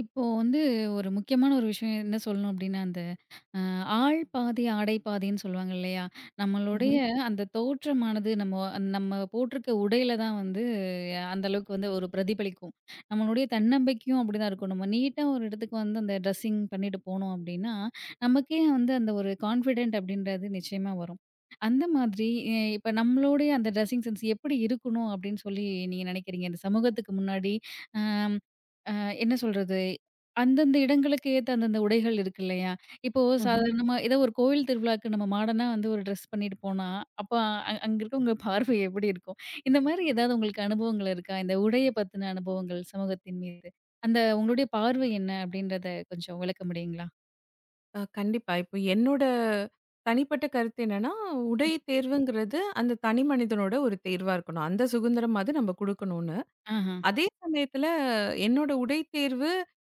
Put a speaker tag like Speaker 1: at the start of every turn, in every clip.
Speaker 1: இப்போ வந்து ஒரு முக்கியமான ஒரு விஷயம் என்ன சொல்லணும் அப்படின்னா, அந்த அ ஆள் பாதி, ஆடை பாதின்னு சொல்லுவாங்க இல்லையா? நம்மளுடைய
Speaker 2: ம்ஹ்ம்.
Speaker 1: அந்த தோற்றமானது நம்ம நம்ம போட்டிருக்க உடையில தான் வந்து அந்த அளவுக்கு வந்து ஒரு பிரதிபலிக்கும். நம்மளுடைய தன்னம்பிக்கையும் அப்படிதான் இருக்கும். நம்ம நீட்டா ஒரு இடத்துக்கு வந்து அந்த ட்ரெஸ்ஸிங் பண்ணிட்டு போனோம் அப்படின்னா, நமக்கே வந்து அந்த ஒரு கான்ஃபிடென்ட் அப்படின்றது நிச்சயமா வரும். அந்த மாதிரி இப்ப நம்மளுடைய அந்த ட்ரெஸ்ஸிங் சென்ஸ் எப்படி இருக்கணும் அப்படின்னு சொல்லி நீங்க நினைக்கிறீங்க? இந்த சமூகத்துக்கு முன்னாடி அம் அ என்ன சொல்றது? அந்தந்த இடங்களுக்கு ஏத்த அந்தந்த உடைகள் இருக்கு இல்லையா? இப்போ
Speaker 2: ம்ஹ்ம்.
Speaker 1: சாதாரணமா ஏதோ ஒரு கோவில் திருவிழாக்கு நம்ம மாடர்னா வந்து ஒரு ட்ரெஸ் பண்ணிட்டு போனா, அப்ப அங்க இருக்கவங்க பார்வை எப்படி இருக்கும்? இந்த மாதிரி ஏதாவது உங்களுக்கு அனுபவங்கள் இருக்கா? இந்த உடைய பத்தின அனுபவங்கள் சமூகத்தின் மீது. அந்த உங்களுடைய பார்வை என்ன அப்படின்றத கொஞ்சம் விளக்க முடியுங்களா?
Speaker 2: கண்டிப்பா. இப்போ என்னோட தனிப்பட்ட கருத்து என்னன்னா, உடை தேர்வுங்கிறது அந்த தனி மனிதனோட ஒரு தேர்வா இருக்கணும். அந்த சுதந்திரம் அது நம்ம குடுக்கணும்னு.
Speaker 1: ஆஹா,
Speaker 2: அதே சமயத்துல என்னோட உடை தேர்வு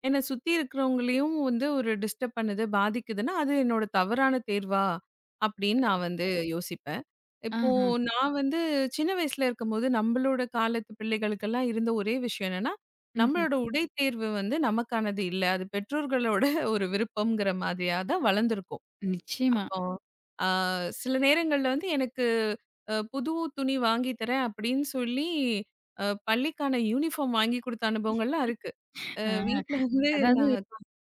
Speaker 2: என்ன சுத்தி இருக்கிறவங்களையும் வந்து ஒரு டிஸ்டர்ப் பண்ணுது, பாதிக்குதுன்னா, அது என்னோட தவறான தேர்வா அப்படின்னு நான் வந்து யோசிப்பேன். இப்போ
Speaker 1: ஆஹா.
Speaker 2: நான் வந்து சின்ன வயசுல இருக்கும்போது, நம்பளோட காலத்து பிள்ளைகளுக்கெல்லாம் இருந்த ஒரே விஷயம் என்னன்னா,
Speaker 1: ம்ஹ்ம்.
Speaker 2: நம்மளோட உடை தேர்வு வந்து நமக்கானது இல்ல. அது பெற்றோர்களோட ஒரு விருப்பம்ங்கிற மாதிரியா தான் வளர்ந்துருக்கும்.
Speaker 1: நிச்சயமா.
Speaker 2: அப்போ அ சில நேரங்கள்ல வந்து எனக்கு புது துணி வாங்கி தரேன் அப்படின்னு சொல்லி, அ பள்ளிக்கான யூனிஃபார்ம் வாங்கி குடுத்த அனுபவங்கள்லாம் இருக்கு.
Speaker 1: அ
Speaker 2: வீட்ல வந்து
Speaker 1: அதாவது
Speaker 2: நான்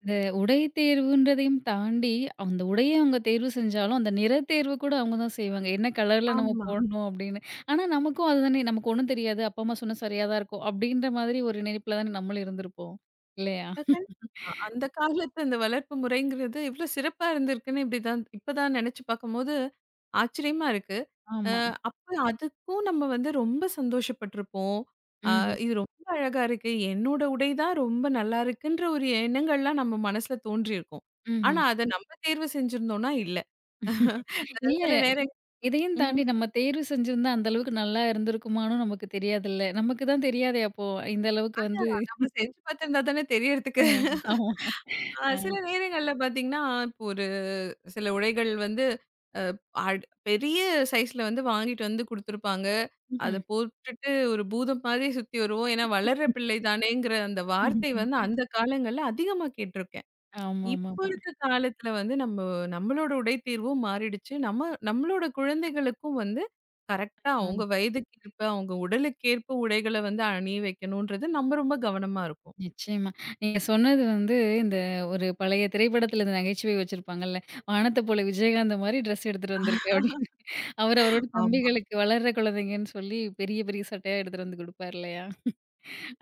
Speaker 1: இந்த உடை தேர்வுன்றதையும் தாண்டி, அந்த உடைய அவங்க தேர்வு செஞ்சாலும், அந்த நிற தேர்வு கூட அவங்க தான் செய்வாங்க. என்ன கலர்ல நம்ம
Speaker 2: ஆமா.
Speaker 1: போடணும் அப்படின்னு. ஆனா, நமக்கும் அதுதானே நமக்கு ஒண்ணும் தெரியாது. அப்பா, அம்மா சொன்னா சரியா தான் இருக்கும். அப்படின்ற மாதிரி ஒரு நினைப்புல தானே நம்மளும் இருந்திருப்போம். இல்லையா?
Speaker 2: கண்டிப்பா. அந்த காலத்து அந்த வளர்ப்பு முறைங்கிறது எவ்ளோ சிறப்பா இருந்திருக்குன்னு இப்படிதான் இப்பதான் நெனச்சு பார்க்கும்போது ஆச்சரியமா இருக்கு. அ
Speaker 1: ஆமா.
Speaker 2: அப்ப அதுக்கும் நம்ம வந்து ரொம்ப சந்தோஷப்பட்டுருப்போம். அ
Speaker 1: ம்ஹ்ம்.
Speaker 2: இது ரொம்ப அழகா இருக்கு. என்னோட உடை தான் ரொம்ப நல்லா இருக்குன்ற ஒரு எண்ணங்கள்லாம் நம்ம மனசுல தோன்றியிருக்கும். ஆனா
Speaker 1: ம்ஹ்ம்.
Speaker 2: அத நம்ம தேர்வு செஞ்சிருந்தோம்னா இல்ல. அ
Speaker 1: இல்ல.
Speaker 2: சில நேரங்
Speaker 1: இதையும்
Speaker 2: ம்.
Speaker 1: தாண்டி நம்ம தேர்வு செஞ்சிருந்தா அந்த அளவுக்கு நல்லா இருந்திருக்குமான்னும் நமக்கு தெரியாதுல்ல. நமக்கு தான் தெரியாதே அப்போ. இந்த அளவுக்கு வந்து
Speaker 2: அதான் நம்ம செஞ்சு பார்த்திருந்தா தானே
Speaker 1: அ
Speaker 2: தெரியறதுக்கு.
Speaker 1: ஆமா. அ
Speaker 2: சில நேரங்கள்ல பார்த்தீங்கன்னா, இப்போ ஒரு சில உடைகள் வந்து பெரிய சைஸ்ல வந்து வாங்கிட்டு வந்து குடுத்துருப்பாங்க. அத
Speaker 1: ம்ஹ்ம்.
Speaker 2: போட்டுட்டு ஒரு பூதம் மாரி சுத்தி வருவோம். ஏன்னா, வளர்ற பிள்ளை தானேங்கிற அந்த வார்த்தை வந்து அந்த காலங்கள்ல அதிகமா கேட்டுருக்கேன். இப்போ
Speaker 1: ஆமாமாமா.
Speaker 2: இருக்க காலத்துல வந்து நம்மளோட உடை தேர்வும் மாறிடுச்சு. நம்மளோட குழந்தைகளுக்கும் வந்து கரெக்ட்டா
Speaker 1: ஆ.
Speaker 2: அவங்க வயதுக்கேற்ப, அவங்க உடலுக்கேற்ப உடைகள வந்து அணிய வைக்கணுன்றது நம்ம ரொம்ப கவனமா இருக்கோம்.
Speaker 1: நிச்சயமா. நீங்க சொன்னது வந்து இந்த ஒரு பழைய திரைப்படத்துல இந்த நகைச்சுவை வச்சிருப்பாங்கல்ல. "வானத்த போல விஜயகாந்த மாரி ட்ரெஸ் எடுத்துட்டு வந்திருக்க" அப்படின்னு. அவரு அவரோட
Speaker 2: ஆமா,
Speaker 1: தம்பிகளுக்கு வளர்ற குழந்தைங்கன்னு சொல்லி பெரிய பெரிய சட்டையா எடுத்துட்டு வந்து குடுப்பார் இல்லையா?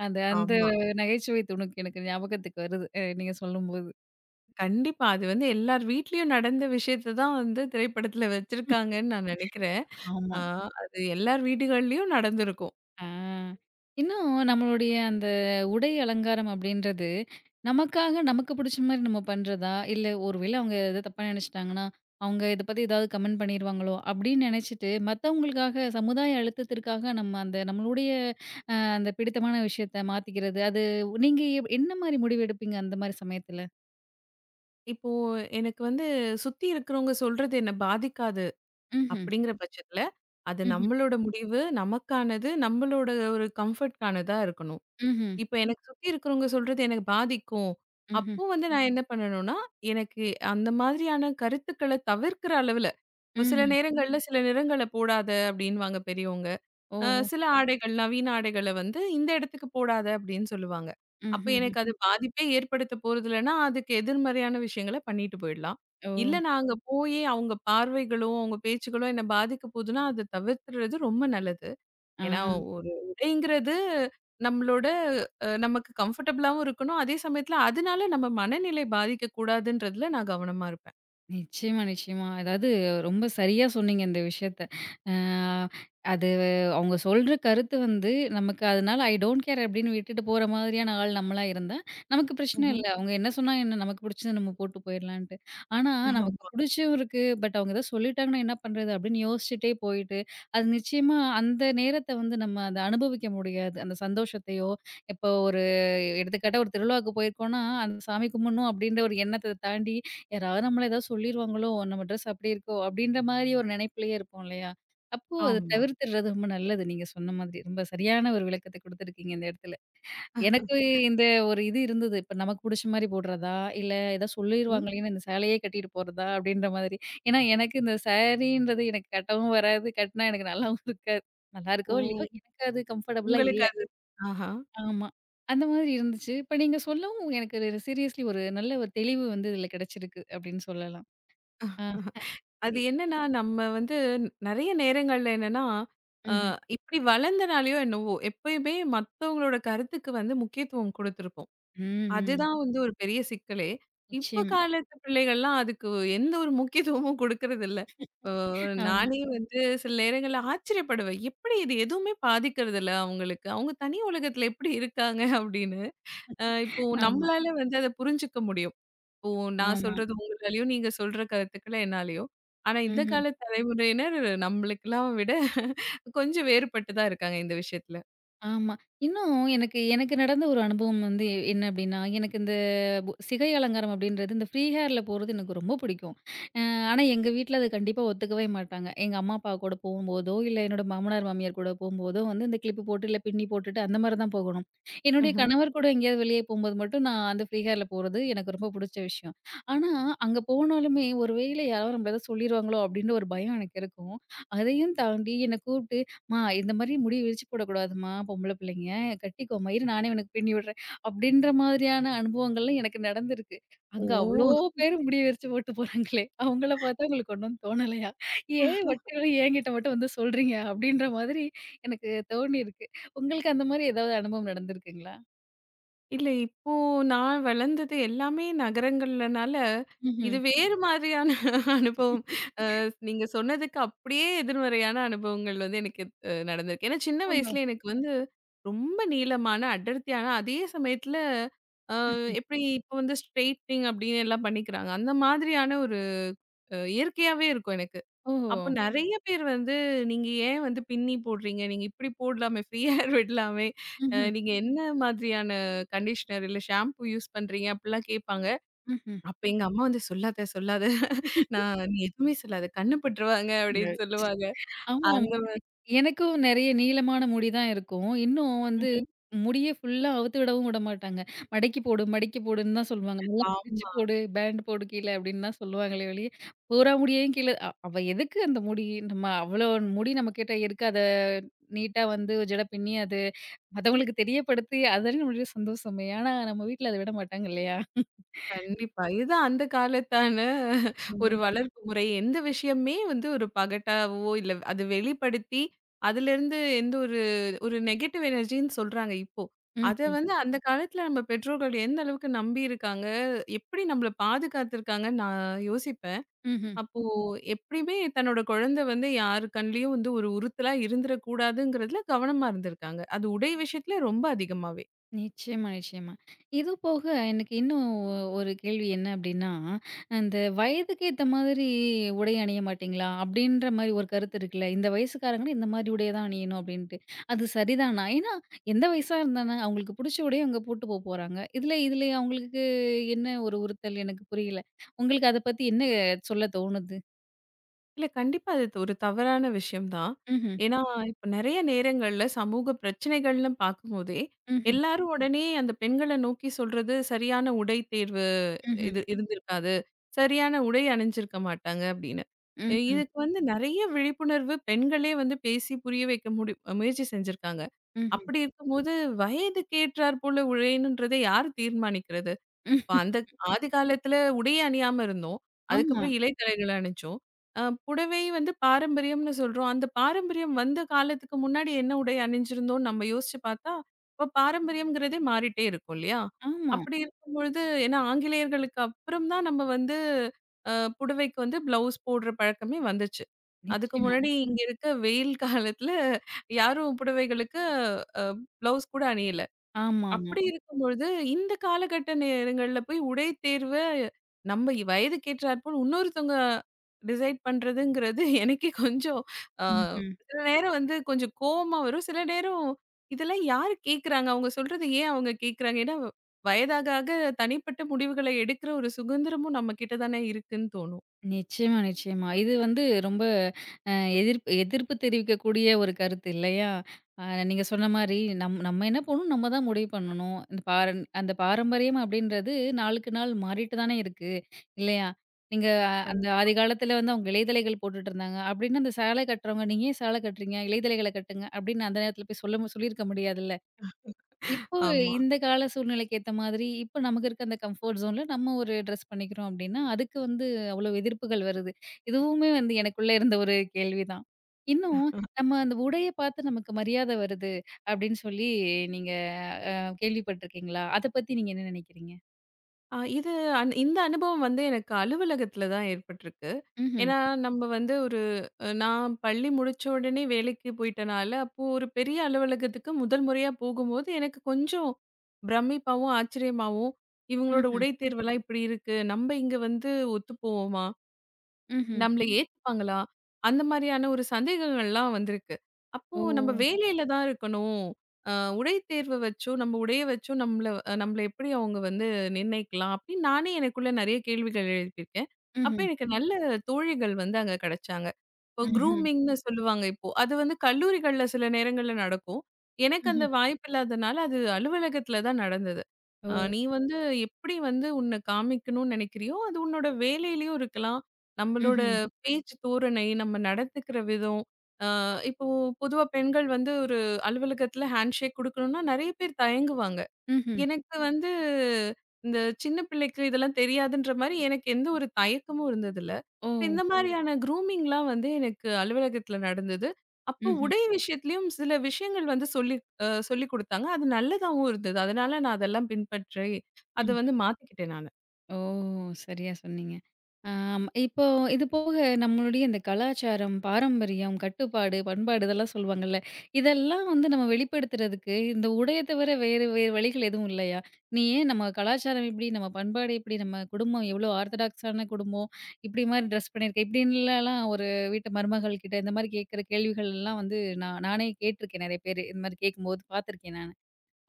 Speaker 1: அந்த அந்த
Speaker 2: ஆமா.
Speaker 1: நகைச்சுவை துணுக்கு எனக்கு ஞாபகத்துக்கு வருது. நீங்க சொல்லும்போது.
Speaker 2: கண்டிப்பா. அது வந்து எல்லார் வீட்லயும் நடந்த விஷயத்த தான் வந்து திரைப்படத்துல வச்சிருக்காங்கன்னு நான் நெனைக்கிறேன்.
Speaker 1: ஆமா.
Speaker 2: ஆ அது எல்லார் வீடுகள்லயும் நடந்திருக்கும்.
Speaker 1: ஆ. இன்னும் நம்மளுடைய அந்த உடை அலங்காரம் அப்படின்றது, நமக்காக நமக்கு புடிச்ச மாரி நம்ம பண்றதா? இல்ல ஒரு வேள அவங்க எதா தப்பா நெனச்சுட்டாங்கன்னா, அவங்க இத பத்தி ஏதாவது கமெண்ட் பண்ணிருவாங்களோ அப்படின்னு நெனச்சுட்டு, மத்தவங்களுக்காக சமுதாய அழுத்தத்திற்காக நம்ம அந்த நம்மளுடைய அந்த பிடித்தமான விஷயத்த மாத்திக்கிறது. அது நீங்க என்ன மாரி முடிவு எடுப்பீங்க அந்த மாரி சமயத்துல?
Speaker 2: இப்போ எனக்கு வந்து சுத்தி இருக்கிறவங்க சொல்றது என்ன பாதிக்காது
Speaker 1: ம்ஹ்ம்.
Speaker 2: அப்படிங்கிற பட்சத்துல, அது
Speaker 1: ம்ஹ்ம்.
Speaker 2: நம்மளோட முடிவு, நமக்கானது, நம்மளோட ஒரு கம்ஃபர்ட்கானதா இருக்கணும்.
Speaker 1: ம்ஹ்ம்.
Speaker 2: இப்ப எனக்கு சுத்தி இருக்கிறவங்க சொல்றது எனக்கு பாதிக்கும்.
Speaker 1: ம்ஹ்ம்.
Speaker 2: அப்போ வந்து நான் என்ன பண்ணணும்னா, எனக்கு அந்த மாதிரியான கருத்துக்கள தவிர்க்கிற அளவுல, இப்போ சில
Speaker 1: ம்ஹ்ம்.
Speaker 2: நேரங்கள்ல சில நிறங்கள போடாத அப்படின்னுவாங்க பெரியவங்க.
Speaker 1: ஓஹோ!
Speaker 2: சில ஆடைகள், நவீன ஆடைகள வந்து இந்த இடத்துக்கு போடாத அப்டின்னு சொல்லுவாங்க. அப்ப
Speaker 1: ம்ஹ்ஹ்ம்.
Speaker 2: எனக்கு அது பாதிப்பே ஏற்படுத்த போறதில்லன்னா, அதுக்கு எதிர்மறையான விஷயங்கள பண்ணிட்டு போயிடலாம்.
Speaker 1: ஓ!
Speaker 2: இல்ல நான் அங்க போயே அவங்க பார்வைகளோ, அவங்க பேச்சுகளோ என்ன பாதிக்க போதுன்னா, அத தவிர்த்துறது ரொம்ப நல்லது.
Speaker 1: ஆ.
Speaker 2: ஏன்னா ஒரு உடைங்கிறது நம்மளோட நமக்கு கம்ஃபர்டபுளாவும் இருக்கணும். அதே சமயத்துல அதனால நம்ம மனநிலை பாதிக்கக் கூடாதுன்றதுல நான் கவனமா இருப்பேன்.
Speaker 1: நிச்சயமா, நிச்சயமா. அதாவது ரொம்ப சரியா சொன்னீங்க இந்த விஷயத்த. அ அது அவங்க சொல்ற கருத்து வந்து நமக்கு அதனால ஐ டோன்ட் கேர் அப்படின்னு விட்டுட்டு போற மாதிரியான ஆள் நம்மளா இருந்தா, நமக்கு பிரச்சனை
Speaker 2: ம்ஹ்ம்.
Speaker 1: இல்ல. அவங்க என்ன சொன்னா என்ன நமக்கு பிடிச்சத நம்ம போட்டு போயிரலான்ட்டு. ஆனா நமக்கு
Speaker 2: ஆமா.
Speaker 1: பிடிச்சும் இருக்கு. பட் அவங்க ஏதோ சொல்லிட்டாங்கன்னா என்ன பண்றது அப்படின்னு யோசிச்சுட்டே போயிட்டு, அது நிச்சயமா அந்த நேரத்த வந்து நம்ம அத அனுபவிக்க முடியாது. அந்த சந்தோஷத்தையோ, இப்போ ஒரு எடுத்துக்காட்டா ஒரு திருவிழாவுக்கு போயிருக்கோம்னா, அந்த சாமி கும்பிடணும் அப்படின்ற ஒரு எண்ணத்த தாண்டி யாராவது நம்மள ஏதாவது சொல்லிருவாங்களோ! நம்ம ட்ரெஸ் அப்படி இருக்கோ! அப்படின்ற மாரி ஒரு நினைப்பிலேயே இருப்போம் இல்லையா? அப்போ அத
Speaker 2: ஆமா.
Speaker 1: தவிர்த்துடுறது ரொம்ப நல்லது. நீங்க சொன்ன மாதிரி. ரொம்ப சரியான ஒரு விளக்கத்த குடுத்துருக்கீங்க இந்த இடத்துல. எனக்கு இந்த ஒரு இது இருந்தது. இப்ப நமக்கு புடிச்ச மாரி போடுறதா? இல்ல ஏதோ
Speaker 2: ம்.
Speaker 1: சொல்லிருவாங்களேன்னு இந்த சேலையே கட்டிட்டு போறதா? அப்படின்ற மாதிரி. ஏன்னா எனக்கு இந்த சாரீன்றது எனக்கு கட்டவும் வராது. கட்னா எனக்கு நல்லாவும் இருக்காது. நல்லா
Speaker 2: ஓ!
Speaker 1: இருக்கோ இல்லையோ! எனக்கு அது கம்ஃபர்டபுளா
Speaker 2: உங்களுக்கு
Speaker 1: இல்ல.
Speaker 2: அது ஆஹா.
Speaker 1: ஆமா. அந்த மாதிரி இருந்துச்சு. இப்ப நீங்க சொல்லவும் எனக்கு சீரியஸ்லி ஒரு நல்ல ஒரு தெளிவு வந்து இதில கிடைச்சிருக்கு அப்படின்னு சொல்லலாம்.
Speaker 2: அது
Speaker 1: இ
Speaker 2: என்னன்னா, நம்ம வந்து நெறைய நேரங்கள்ல என்னன்னா, அ
Speaker 1: ம்ஹ்ம்.
Speaker 2: இப்டி வளர்ந்தனாலயோ என்னவோ, எப்பயுமே மத்தவங்களோட கருத்துக்கு வந்து முக்கியத்துவம் குடுத்துருப்போம்.
Speaker 1: ம், ம்.
Speaker 2: அதுதான் வந்து ஒரு பெரிய சிக்கலே. இப்ப
Speaker 1: நிச்சயமா.
Speaker 2: காலத்து பிள்ளைகள்லாம் அதுக்கு எந்த ஒரு முக்கியத்துவமும் குடுக்கறதில்ல. அ
Speaker 1: ஆமா,
Speaker 2: நானே வந்து சில நேரங்கள்ல ஆச்சரியப்படுவேன். எப்படி இது எதுவுமே பாதிக்கிறதில்ல அவங்களுக்கு. அவங்க தனி உலகத்துல எப்படி இருக்காங்க அப்படின்னு. இப்போ
Speaker 1: ஆமா,
Speaker 2: நம்மளால வந்து அத புரிஞ்சுக்க முடியும். ஓ! நான்
Speaker 1: ஆமா.
Speaker 2: சொல்றது உங்களாலயும், நீங்க சொல்ற கருத்துக்கள் என்னாலயோ! ஆனா இந்த
Speaker 1: ம்ஹ்ம்.
Speaker 2: கால தலைமுறையினர் நம்மளுக்கெல்லாம் விட கொஞ்சம் வேறுபட்டு தான் இருக்காங்க இந்த விஷயத்துல.
Speaker 1: ஆமா. இன்னும் எனக்கு எனக்கு நடந்த ஒரு அனுபவம் வந்து என்ன அப்டின்னா, எனக்கு இந்த சிகை அலங்காரம் அப்டின்றது இந்த ஃப்ரீ ஹேர்ல போறது எனக்கு ரொம்ப பிடிக்கும். அ ஆனா எங்க வீட்ல அது கண்டிப்பா ஒத்துக்கவே மாட்டாங்க. எங்க அம்மா, அப்பா கூட போகும்போதோ, இல்ல என்னோட மாமனார், மாமியார் கூட போம்போதோ வந்து இந்த கிளிப்பு போட்டு, இல்ல பின்னி போட்டுட்டு அந்த மாரி தான் போகணும். என்னுடைய
Speaker 2: ம்ஹ்ம்.
Speaker 1: கணவர் கூட எங்கேயாவது வெளியே போம்போது மட்டும் நான் அந்த ஃப்ரீ ஹேர்ல போறது எனக்கு ரொம்ப புடிச்ச விஷயம். ஆனா அங்க போனாலுமே, ஒரு வேளை யாரோ நம்மள ஏதோ சொல்லிருவாங்களோ அப்டின்ற ஒரு பயம் எனக்கு இருக்கும். அதையும் தாண்டி என்ன கூப்ட்டு மா இந்த மாதிரி முடி விரிச்சு போடக்கூடாதும்மா பொம்பள பிள்ளைங்க. கட்டிக்கோம்மா, இரு நானே உனக்கு பின்னி விடுறேன். அப்படின்ற மாதிரியான அனுபவங்கள்லாம் எனக்கு நடந்திருக்கு. அங்க அவ்ளோ
Speaker 2: ஓ!
Speaker 1: பேரு முடிய விரிச்சு போட்டு போறாங்களே! அவங்கள பார்த்தா உங்களுக்கு ஒண்ணும் தோணலையா? ஏன் வட்டவெளி என்கிட்ட மட்டும் வந்து சொல்றீங்க? அப்படின்ற மாதிரி எனக்கு தோணியிருக்கு. உங்களுக்கு அந்த மாதிரி ஏதாவது அனுபவம் நடந்திருக்குங்களா?
Speaker 2: இல்ல இப்போ நான் வளர்ந்தது எல்லாமே நகரங்கள்லனால,
Speaker 1: ம்ஹ்ம்.
Speaker 2: இது வேறு மாதிரியான அனுபவம். அ நீங்க சொன்னதுக்கு அப்படியே எதிர்மறையான அனுபவங்கள் வந்து எனக்கு நடந்திருக்கு. ஏன்னா சின்ன
Speaker 1: ஆமா.
Speaker 2: வயசுல எனக்கு வந்து ரொம்ப நீளமான, அடர்த்தியான அதே சமயத்துல அ
Speaker 1: ம்.
Speaker 2: எப்படி இப்போ வந்து ஸ்ட்ரெய்ட்னிங் அப்படின்னு எல்லாம் பண்ணிக்கிறாங்க. அந்த மாதிரியான ஒரு இயற்கையாவே இருக்கும் எனக்கு.
Speaker 1: ஓ!
Speaker 2: அப்ப நெறைய பேர் வந்து, "நீங்க ஏன் வந்து பின்னி போடுறீங்க? நீங்க இப்படி போடலாமே! Free hair விடலாமே!
Speaker 1: ம்ஹ்ம்.
Speaker 2: நீங்க என்ன மாதிரியான கண்டிஷனர் இல்ல ஷாம்பு யூஸ் பண்றீங்க?" அப்படிலாம் கேட்பாங்க.
Speaker 1: ம்ஹ்ம்.
Speaker 2: அப்ப எங்க அம்மா வந்து, "சொல்லாத, சொல்லாத. நான் நீ எதுவுமே சொல்லாத. கண்ணு பட்டுருவாங்க." அப்படின்னு
Speaker 1: ம்.
Speaker 2: சொல்லுவாங்க.
Speaker 1: ஆமா.
Speaker 2: அந்த மாதிரி
Speaker 1: எனக்கும் நெறைய நீளமான முடி தான் இருக்கும். இன்னும் வந்து
Speaker 2: ம்ஹ்ம்.
Speaker 1: முடிய ஃபுல்லா அவுத்து விடவும் விடமாட்டாங்க. மடக்கி போடு, மடக்கி போடுன்னு தான் சொல்லுவாங்க. நல்லா மடிச்சு
Speaker 2: ஆமா.
Speaker 1: போடு, பேண்ட் போடு கீழ அப்படின்னு தான் சொல்லுவாங்களே ஒழிய, பூரா முடியையும் கீழ அவ எதுக்கு அந்த முடி? நம்ம அவ்வளோ முடி நம்மகிட்ட இருக்கு. அத நீட்டா வந்து ஒரு ஜட பின்னி அது மத்தவங்களுக்கு தெரியப்படுத்தி அதுதானே நம்மளுடைய சந்தோஷமே! ஆனா நம்ம வீட்ல அத விட மாட்டாங்க இல்லையா?
Speaker 2: கண்டிப்பா. இதுதான் அந்த காலத்தான ஒரு
Speaker 1: ம்.
Speaker 2: வளர்ப்பு முறை. எந்த விஷயமே வந்து ஒரு பகட்டாவோ, இல்ல அது வெளிப்படுத்தி, அதிலிருந்து எந்த ஒரு ஒரு நெகட்டிவ் எனர்ஜின்னு சொல்றாங்க இப்போ. அத
Speaker 1: ம்ஹ்ம்.
Speaker 2: வந்து அந்த காலத்துல நம்ம பெற்றோர்கள் எந்த அளவுக்கு நம்பியிருக்காங்க, எப்படி நம்மள பாதுகாத்துருக்காங்கன்னு நான் யோசிப்பேன்.
Speaker 1: ம்ஹ்ம்.
Speaker 2: அப்போ எப்படியுமே தன்னோட குழந்தை வந்து யார் கண்லயும் வந்து ஒரு உறுத்தலா இருந்துறக்கூடாதுங்கிறதுல கவனமா இருந்திருக்காங்க. அது உடை விஷயத்துல ரொம்ப அதிகமாவே.
Speaker 1: நிச்சயமா, நிச்சயமா. இது போக எனக்கு இன்னும் ஒரு கேள்வி என்ன அப்டின்னா, அந்த வயதுக்கு ஏத்த மாதிரி உடை அணிய மாட்டீங்களா? அப்டின்ற மாரி ஒரு கருத்து இருக்குல்ல. இந்த வயசுக்காரங்கன்னா இந்த மாரி உடைய தான் அணியணும் அப்டின்ட்டு. அது சரிதானா? ஏன்னா எந்த வயசா இருந்தானா அவங்களுக்கு புடிச்ச உடைய அவங்க போட்டு போறாங்க. இதுல இதுல அவங்களுக்கு என்ன ஒரு உறுத்தல் எனக்கு புரியல. உங்களுக்கு அத பத்தி என்ன சொல்ல தோணுது?
Speaker 2: இல்ல கண்டிப்பா அது ஒரு தவறான விஷயம் தான்.
Speaker 1: ம்ஹ்ம்.
Speaker 2: ஏன்னா, இப்ப நெறைய நேரங்கள்ல சமூக பிரச்சனைகள்னு பார்க்கும்போதே,
Speaker 1: ம்ஹ்ம்.
Speaker 2: எல்லாரும் உடனே அந்த பெண்கள நோக்கி சொல்றது சரியான உடை தேர்வு
Speaker 1: ம்ஹ்ம்.
Speaker 2: இது இருந்திருக்காது. சரியான உடை அணிஞ்சிருக்க மாட்டாங்க அப்படின்னு.
Speaker 1: ம்ஹ்ம்.
Speaker 2: இதுக்கு வந்து நெறைய விழிப்புணர்வு பெண்களே வந்து பேசி புரிய வைக்க முயற்சி செஞ்சிருக்காங்க. அப்படி இருக்கும்போது வயதுக்கு ஏற்றார் போல உடையணுன்றத யார் தீர்மானிக்கிறது? இப்ப
Speaker 1: ம்ஹ்ம்.
Speaker 2: அந்த ஆதி காலத்துல உடையே அணியாம இருந்தோம்.
Speaker 1: ஆமா,
Speaker 2: அதுக்கப்புறம் இலை தலைகள் அணிச்சோம். அ புடவை வந்து பாரம்பரியம்னு சொல்றோம். அந்த பாரம்பரியம் வந்த காலத்துக்கு முன்னாடி என்ன உடை அணிஞ்சிருந்தோம்னு நம்ம யோசிச்சு பார்த்தா, இப்ப பாரம்பரியம்ங்கிறதே மாறிட்டே இருக்கும் இல்லையா?
Speaker 1: ஆமா.
Speaker 2: அப்படி இருக்கும்பொழுது ஏன்னா ஆங்கிலேயர்களுக்கு அப்புறம் தான் நம்ம வந்து அ புடவைக்கு வந்து பிளவுஸ் போடுற பழக்கமே வந்துச்சு. அதுக்கு
Speaker 1: நிச்சயமா.
Speaker 2: முன்னாடி இங்க இருக்க வெயில் காலத்துல யாரும் புடவைகளுக்கு அ பிளவுஸ் கூட அணியல.
Speaker 1: ஆமாமா.
Speaker 2: அப்படி இருக்கும்பொழுது, இந்த காலகட்ட நேரங்கள்ல போய் உடை தேர்வ நம்ம வயதுக்கேற்றாற்போல் இன்னொருத்தவங்க டிசைட் பண்றதுங்கிறது எனக்கே கொஞ்சம் அ
Speaker 1: ம்ஹ்ம்.
Speaker 2: சில நேரம் வந்து கொஞ்சம் கோவமா வரும். சில நேரம் இதெல்லாம் யாரு கேட்குறாங்க? அவங்க சொல்றது ஏன் அவங்க கேட்குறாங்க? ஏன்னா வயதாக ஆக தனிப்பட்ட முடிவுகளை எடுக்கிற ஒரு சுதந்திரமும் நம்ம கிட்ட தானே இருக்குன்னு தோணும்.
Speaker 1: நிச்சயமா, நிச்சயமா. இது வந்து ரொம்ப அ எதிர்ப்பு தெரிவிக்கக்கூடிய ஒரு கருத்து இல்லையா? அ நீங்க சொன்ன மாரி நம்ம என்ன பண்ணணும், நம்ம தான் முடிவு பண்ணணும். இந்த அந்த பாரம்பரியம் அப்படின்றது நாளுக்கு நாள் மாறிட்டு தானே இருக்கு, இல்லையா? நீங்க அந்த
Speaker 2: கண்டிப்பா.
Speaker 1: ஆதி காலத்துல வந்து அவங்க இலைதழைகள் போட்டுட்டுருந்தாங்க அப்படின்னு அந்த சேலை கட்டுறவங்க, "நீங்க ஏன் சேலை கட்டுறீங்க? இலைதழைகள கட்டுங்க" அப்படின்னு அந்த நேரத்துல போய் சொல்லியிருக்க முடியாதுல்ல. இப்போ
Speaker 2: ஆமா.
Speaker 1: இந்த கால சூழ்நிலைக்கு ஏத்த மாதிரி, இப்போ நமக்கு இருக்க அந்த கம்ஃபோர்ட் ஜோன்ல நம்ம ஒரு ட்ரெஸ் பண்ணிக்கிறோம் அப்டின்னா, அதுக்கு வந்து அவ்ளோ எதிர்ப்புகள் வருது. இதுவுமே வந்து எனக்குள்ள இருந்த ஒரு கேள்விதான். இன்னும் நம்ம அந்த உடைய பார்த்து நமக்கு மரியாதை வருது அப்டின்னு சொல்லி நீங்க அ கேள்விப்பட்டுருக்கீங்களா? அத பத்தி நீங்க என்ன நெனைக்கிறீங்க?
Speaker 2: அ இது அன் இந்த அனுபவம் வந்து எனக்கு அலுவலகத்தில தான் ஏற்பட்டிருக்கு.
Speaker 1: ம்ஹ்ம்.
Speaker 2: ஏன்னா, நம்ம வந்து ஒரு அ நான் பள்ளி முடிச்ச உடனே வேலைக்கு போயிட்டனால, அப்போ ஒரு பெரிய அலுவலகத்துக்கு முதல் முறையா போகும்போது, எனக்கு கொஞ்சம் பிரமிப்பாவும், ஆச்சரியமாவும், இவங்களோட
Speaker 1: ம்ஹ்ம்.
Speaker 2: உடை தேர்வெல்லாம் இப்படி இருக்கு. நம்ம இங்க வந்து ஒத்து போவோமா?
Speaker 1: ம்ஹ்ம்.
Speaker 2: நம்மள ஏத்துப்பாங்களா? அந்த மாரியான ஒரு சந்தேகங்கள்லாம் வந்திருக்கு. அப்போ
Speaker 1: ஓ!
Speaker 2: நம்ம வேலையில தான் இருக்கணும். அ உடை தேர்வு வச்சும், நம்ம உடைய வச்சும் நம்மள நம்மள எப்படி அவங்க வந்து நிர்ணயிக்கலாம்? அப்படின்னு நானே எனக்குள்ள நெறைய கேள்விகள் எழுப்பியிருக்கேன். அப்ப
Speaker 1: ம்ஹ்ம்.
Speaker 2: எனக்கு நல்ல தோழிகள் வந்து அங்க கிடைச்சாங்க. இப்போ
Speaker 1: ம்ஹ்ம்.
Speaker 2: குரூமிங்ன்னு சொல்லுவாங்க இப்போ. அது வந்து கல்லூரிகள்ல சில நேரங்கள்ல நடக்கும். எனக்கு
Speaker 1: ம்ஹ்ம்.
Speaker 2: அந்த வாய்ப்பு இல்லாதனால அது அலுவலகத்தில தான் நடந்தது.
Speaker 1: ஓ!
Speaker 2: நீ வந்து எப்படி வந்து உன்ன காமிக்கணும்னு நினைக்கிறியோ, அது உன்னோட வேலையிலயும் இருக்கலாம். நம்மளோட
Speaker 1: ம்ஹ்ம்.
Speaker 2: பேச்சு தோரணை, நம்ம நடந்துக்கிற விதம். அ இப்போ பொதுவா பெண்கள் வந்து ஒரு அலுவலகத்தில ஹேண்ட்ஷேக் குடுக்கணும்னா, நெறைய பேர் தயங்குவாங்க.
Speaker 1: ம்ஹ்ம்.
Speaker 2: எனக்கு வந்து இந்த சின்ன பிள்ளைக்கு இதெல்லாம் தெரியாதுன்ற மாரி எனக்கு எந்த ஒரு தயக்கமும் இருந்ததில்ல.
Speaker 1: ஓ!
Speaker 2: இந்த மாரியான க்ரூமிங்லாம் வந்து எனக்கு அலுவலகத்தில நடந்தது. அப்போ
Speaker 1: ம்ஹ்ம்.
Speaker 2: உடை சரி. விஷயத்திலயும் சில விஷயங்கள் வந்து சொல்லி சொல்லிக் குடுத்தாங்க. அது நல்லதாவும் இருந்தது. அதனால நான் அதெல்லாம் பின்பற்றி, அத
Speaker 1: ம்.
Speaker 2: வந்து மாத்திக்கிட்டேன் நானு.
Speaker 1: ஓ! சரியா சொன்னீங்க. ஆம் இப்போ இது போக நம்மளுடைய இந்த கலாச்சாரம், பாரம்பரியம், கட்டுப்பாடு, பண்பாடு இதெல்லாம் சொல்லுவாங்கல்ல. இதெல்லாம் வந்து நம்ம வெளிப்படுத்துறதுக்கு இந்த உடைய தவிர வேறு வேறு வழிகள் எதுவும் இல்லையா? நீ ஏன் நம்ம கலாச்சாரம் இப்டி, நம்ம பண்பாடு இப்டி, நம்ம குடும்பம் எவ்ளோ ஆர்த்தடாக்ஸான குடும்பம், இப்டி மாரி ட்ரெஸ் பண்ணியிருக்க, இப்டின்னுலாம் ஒரு வீட்டு மருமகள் கிட்ட இந்த மாரி கேட்கிற கேள்விகள் எல்லாம் வந்து நானே கேட்டுருக்கேன் நெறைய பேரு. இந்த மாரி கேட்கும்போது பார்த்துருக்கேன் நான்.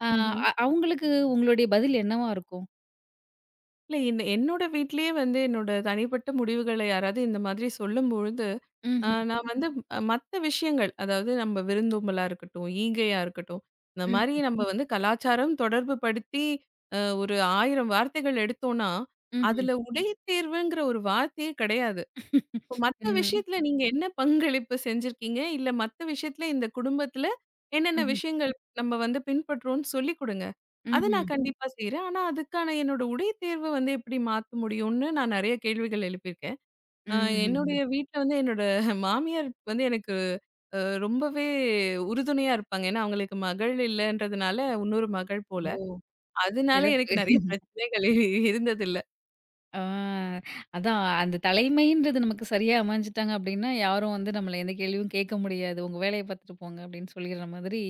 Speaker 1: ஆ
Speaker 2: ம்ஹ்ம்.
Speaker 1: அவங்களுக்கு உங்களுடைய பதில் என்னவா இருக்கும்?
Speaker 2: இல்ல என்ன என்னோட வீட்லயே வந்து என்னோட தனிப்பட்ட முடிவுகள யாராவது இந்த மாதிரி சொல்லும்பொழுது,
Speaker 1: ம்ஹ்ம்.
Speaker 2: நான் வந்து மத்த விஷயங்கள், அதாவது நம்ம விருந்தோம்பலா இருக்கட்டும், ஈகையா இருக்கட்டும், இந்த
Speaker 1: ம்.
Speaker 2: மாரி நம்ம வந்து கலாச்சாரம் தொடர்பு படுத்தி ஒரு 1000 வார்த்தைகள் எடுத்தோம்னா,
Speaker 1: ம்ஹ்ம்.
Speaker 2: அதுல உடைத்தேர்வுங்கிற ஒரு வார்த்தையே கிடையாது. இப்ப மத்த
Speaker 1: ம்.
Speaker 2: விஷயத்துல நீங்க என்ன பங்களிப்பு செஞ்சிருக்கீங்க? இல்ல மத்த விஷயத்துல இந்த குடும்பத்துல என்னென்ன
Speaker 1: ம்ஹ்ம்.
Speaker 2: விஷயங்கள் நம்ம வந்து பின்பற்றுறோம்னு சொல்லிக் குடுங்க. அத
Speaker 1: ம்ஹ்ம்.
Speaker 2: நான் கண்டிப்பா செய்றேன். ஆனா, அதுக்கான என்னோட உடை தேர்வ வந்து எப்படி மாத்த முடியும்னு நான் நெறைய கேள்விகள் எழுப்பியிருக்கேன். அ
Speaker 1: ம்ஹ்ஹ்ம்.
Speaker 2: என்னுடைய வீட்ல வந்து என்னோட மாமியார் வந்து எனக்கு அ ரொம்பவே உறுதுணையா இருப்பாங்க. ஏன்னா, அவங்களுக்கு மகள் இல்லன்றதுனால, இன்னொரு மகள் போல.
Speaker 1: ஓ!
Speaker 2: அதனால எனக்கு
Speaker 1: சிறப்பு.
Speaker 2: நெறைய பிரச்சனைகள் இருந்ததில்ல.
Speaker 1: ஆ அதான் அந்த தலைமைன்றது நமக்கு சரியா அமைஞ்சுட்டாங்க அப்டின்னா, யாரும் வந்து நம்மள எந்த கேள்வியும் கேட்க முடியாது. உங்க வேலைய பார்த்துட்டு போங்க அப்டின்னு சொல்லிற மாதிரி,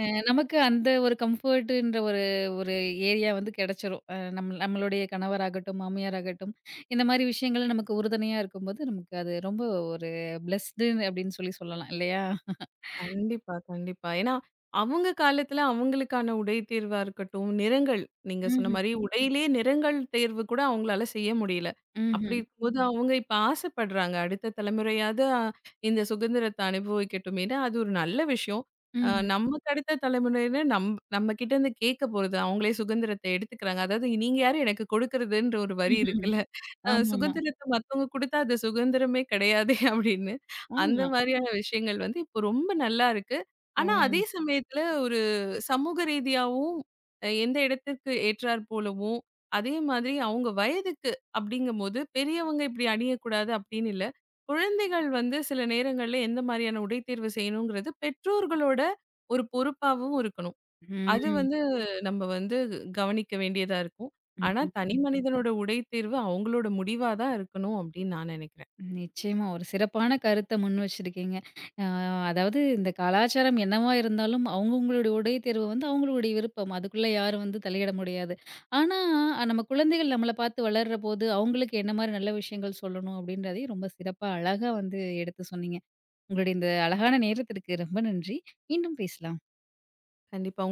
Speaker 1: நமக்கு அந்த ஒரு கம்ஃபர்ட்டுன்ற ஒரு ஒரு ஏரியா வந்து கெடைச்சிரும். நம்மளுடைய கணவராகட்டும், மாமியாராகட்டும் இந்த மாரி விஷயங்கள் நமக்கு உறுதுணையா இருக்கும்போது, நமக்கு அது ரொம்ப ஒரு பிளெஸ்டு அப்டின்னு சொல்லி சொல்லலாம் இல்லையா?
Speaker 2: கண்டிப்பா, கண்டிப்பா. ஏன்னா, அவங்க காலத்துல அவங்களுக்கான உடை தேர்வா இருக்கட்டும், நிறங்கள் நீங்க சொன்ன
Speaker 1: ம்ஹ்ம்.
Speaker 2: மாரி உடையிலேயே நிறங்கள் தேர்வு கூட அவங்களால செய்ய முடியல. அப்படி
Speaker 1: ம்ஹ்ம்.
Speaker 2: இருக்கும்போது அவங்க இப்ப ஆசைப்படுறாங்க. அடுத்த தலைமுறையாவது இந்த சுதந்திரத்த அனுபவிக்கட்டுமேன்னு, அது ஒரு நல்ல விஷயம்.
Speaker 1: ம்ஹ்ம்.
Speaker 2: நமக்கு அடுத்த தலைமுறையில நம்ம கிட்ட இருந்து கேட்க போறது. அவங்களே சுதந்திரத்த எடுத்துக்கிறாங்க. அதாவது "நீங்க யாரு எனக்கு கொடுக்கறதுன்ற" ஒரு வரி
Speaker 1: ம்ஹ்ஹ்ம்.
Speaker 2: இருக்குல்ல.
Speaker 1: ஆமாமா.
Speaker 2: சுதந்திரத்த மத்தவங்க குடுத்தா அது சுதந்திரமே கிடையாதே அப்படின்னு. அந்த
Speaker 1: ஆமா.
Speaker 2: மாதிரியான விஷயங்கள் வந்து இப்போ ரொம்ப நல்லா இருக்கு.
Speaker 1: ஆ.
Speaker 2: ஆனா, அதே சமயத்துல ஒரு சமூக ரீதியாவும் எந்த இடத்திற்கு ஏற்றார் போலவும், அதே மாதிரி அவங்க வயதுக்கு அப்படிங்கும்போது, பெரியவங்க இப்படி அணியக்கூடாது அப்படின்னு இல்ல. குழந்தைகள் வந்து சில நேரங்கள்ல எந்த மாதிரியான உடை தேர்வு செய்யணுங்கிறது பெற்றோர்களோட ஒரு பொறுப்பாவும் இருக்கணும். அது
Speaker 1: ம்.
Speaker 2: வந்து நம்ம வந்து கவனிக்க வேண்டியதா இருக்கும். ஆனா,
Speaker 1: ம்.
Speaker 2: தனி மனிதனோட உடை தேர்வு அவங்களோட முடிவா தான் இருக்கணும் அப்படின்னு நான் நினைக்கிறேன்.
Speaker 1: நிச்சயமா. ஒரு சிறப்பான கருத்த முன் வச்சிருக்கீங்க. அ அதாவது இந்த கலாச்சாரம் என்னவா இருந்தாலும் அவங்கவங்களுடைய உடை தேர்வு வந்து அவங்களுடைய விருப்பம். அதுக்குள்ள யாரும் வந்து தலையிட முடியாது. ஆனா, நம்ம குழந்தைகள் நம்மள பார்த்து வளர்றபோது, அவங்களுக்கு என்ன மாரி நல்ல விஷயங்கள் சொல்லணும் அப்படின்றதையும் ரொம்ப சிறப்பா, அழகா வந்து எடுத்து சொன்னீங்க. உங்களுடைய இந்த அழகான நேரத்திற்கு ரொம்ப நன்றி. மீண்டும் பேசலாம்.
Speaker 2: கண்டிப்பா.